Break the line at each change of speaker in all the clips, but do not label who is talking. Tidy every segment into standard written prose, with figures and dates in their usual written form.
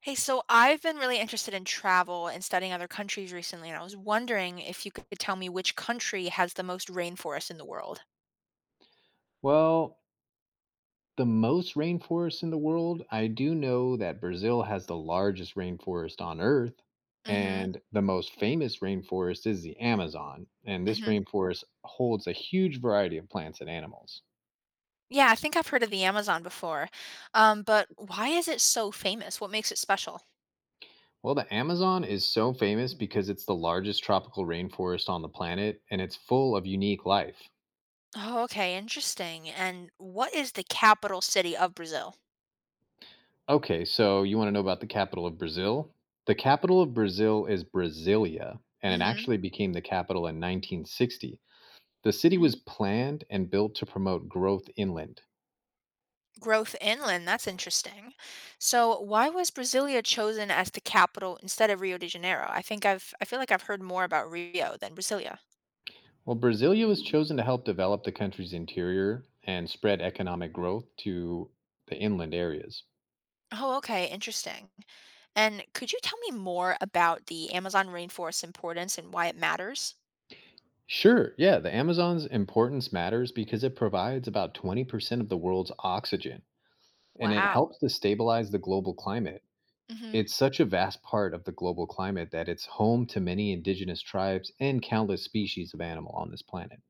Hey, so I've been really interested in travel and studying other countries recently, and I was wondering if you could tell me which country has the most rainforest in the world.
Well, the most rainforests in the world, I do know that Brazil has the largest rainforest on Earth.
Mm-hmm.
And the most famous rainforest is the Amazon. And this
Mm-hmm.
rainforest holds a huge variety of plants and animals.
Yeah, I think I've heard of the Amazon before. But why is it so famous? What makes it special?
Well, the Amazon is so famous because it's the largest tropical rainforest on the planet and it's full of unique life.
Oh, okay, interesting. And what is the capital city of Brazil?
Okay, so you want to know about the capital of Brazil? The capital of Brazil is Brasilia, and it
Mm-hmm.
actually became the capital in 1960. The city was
Hmm.
planned and built to promote growth inland.
Growth Inland, that's interesting. So why was Brasilia chosen as the capital instead of Rio de Janeiro? I feel like I've heard more about Rio than Brasilia.
While Brasilia was chosen to help develop the country's interior and spread economic growth to the inland areas.
Oh, okay, interesting. And could you tell me more about the Amazon rainforest's importance and why it matters?
Sure, yeah, the Amazon's importance matters because it provides about 20% of the world's oxygen and it
Wow.
helps to stabilize the global climate.
Hmm.
It's such a vast part of the global climate that it's home to many indigenous tribes and countless species of animal on this planet.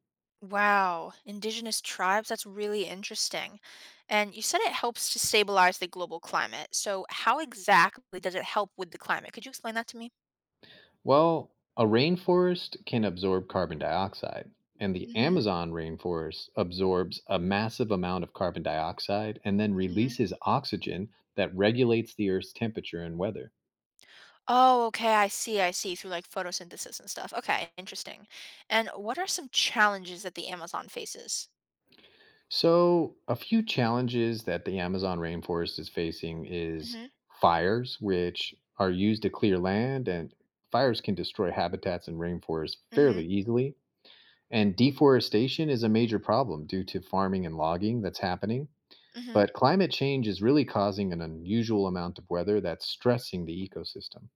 Wow, indigenous tribes, that's really interesting. And you said it helps to stabilize the global climate. So, how exactly does it help with the climate? Could you explain that to me?
Well, a rainforest can absorb carbon dioxide, and the
Hmm.
Amazon rainforest absorbs a massive amount of carbon dioxide and then
Hmm.
releases oxygen that regulates the Earth's temperature and weather.
Oh, okay, I see, through like photosynthesis and stuff. Okay, interesting. And what are some challenges that the Amazon faces?
So, a few challenges that the Amazon rainforest is facing is
Hmm.
fires, which are used to clear land, and fires can destroy habitats and rainforests
Hmm.
fairly easily. And deforestation is a major problem due to farming and logging that's happening.
Hmm.
But climate change is really causing an unusual amount of weather that's stressing the ecosystem.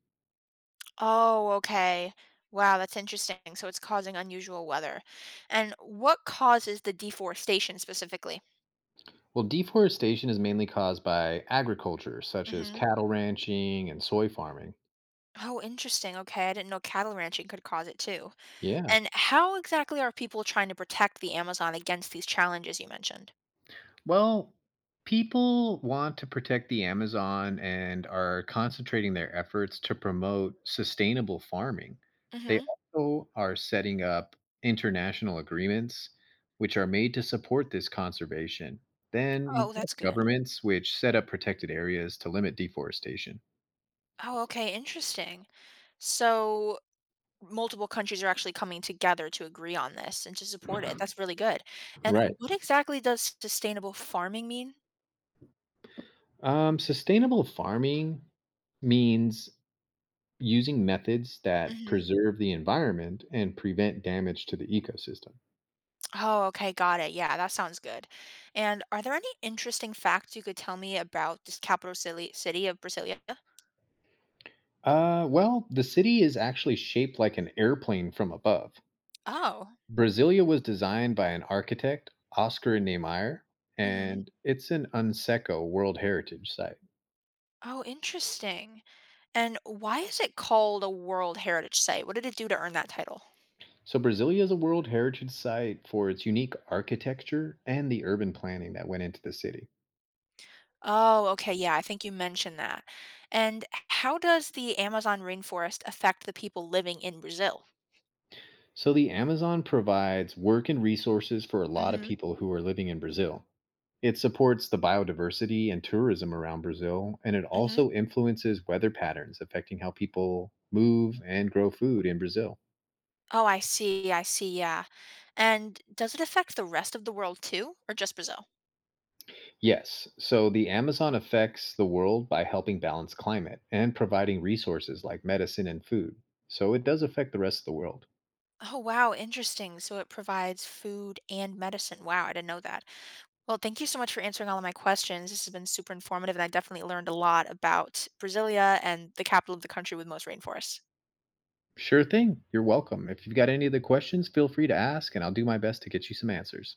Oh, okay. Wow, that's interesting. So it's causing unusual weather. And what causes the deforestation specifically?
Well, deforestation is mainly caused by agriculture, such as
Hmm.
cattle ranching and soy farming.
Oh, interesting. Okay, I didn't know cattle ranching could cause it too.
Yeah.
And how exactly are people trying to protect the Amazon against these challenges you mentioned?
Well, people want to protect the Amazon and are concentrating their efforts to promote sustainable farming. They
Hmm.
also are setting up international agreements, which are made to support this conservation. Then you
Oh,
have
that's good.
governments which set up protected areas to limit deforestation.
Oh, okay, interesting. So multiple countries are actually coming together to agree on this and to support it. That's really good. And
Right.
what exactly does sustainable farming mean?
Sustainable farming means using methods that
Hmm.
preserve the environment and prevent damage to the ecosystem.
Oh, okay, got it. Yeah, that sounds good. And are there any interesting facts you could tell me about this capital city, city of Brasilia?
Well, the city is actually shaped like an airplane from above.
Oh.
Brasilia was designed by an architect, Oscar Niemeyer,
Hmm.
and it's an UNESCO World Heritage Site.
Oh, interesting. And why is it called a World Heritage Site? What did it do to earn that title?
So, Brasilia is a World Heritage Site for its unique architecture and the urban planning that went into the city.
Oh, okay, yeah, I think you mentioned that. And how does the Amazon rainforest affect the people living in Brazil?
So the Amazon provides work and resources for a lot of
Mm-hmm.
people who are living in Brazil. It supports the biodiversity and tourism around Brazil, and it
Mm-hmm.
also influences weather patterns affecting how people move and grow food in Brazil.
Oh, I see, yeah. And does it affect the rest of the world too, or just Brazil?
Yes, so the Amazon affects the world by helping balance climate and providing resources like medicine and food. So it does affect the rest of the world.
Oh, wow, interesting. So it provides food and medicine. Wow, I didn't know that. Well, thank you so much for answering all of my questions. This has been super informative, and I definitely learned a lot about Brasilia and the capital of the country with most rainforests.
Sure thing. You're welcome. If you've got any other questions, feel free to ask, and I'll do my best to get you some answers.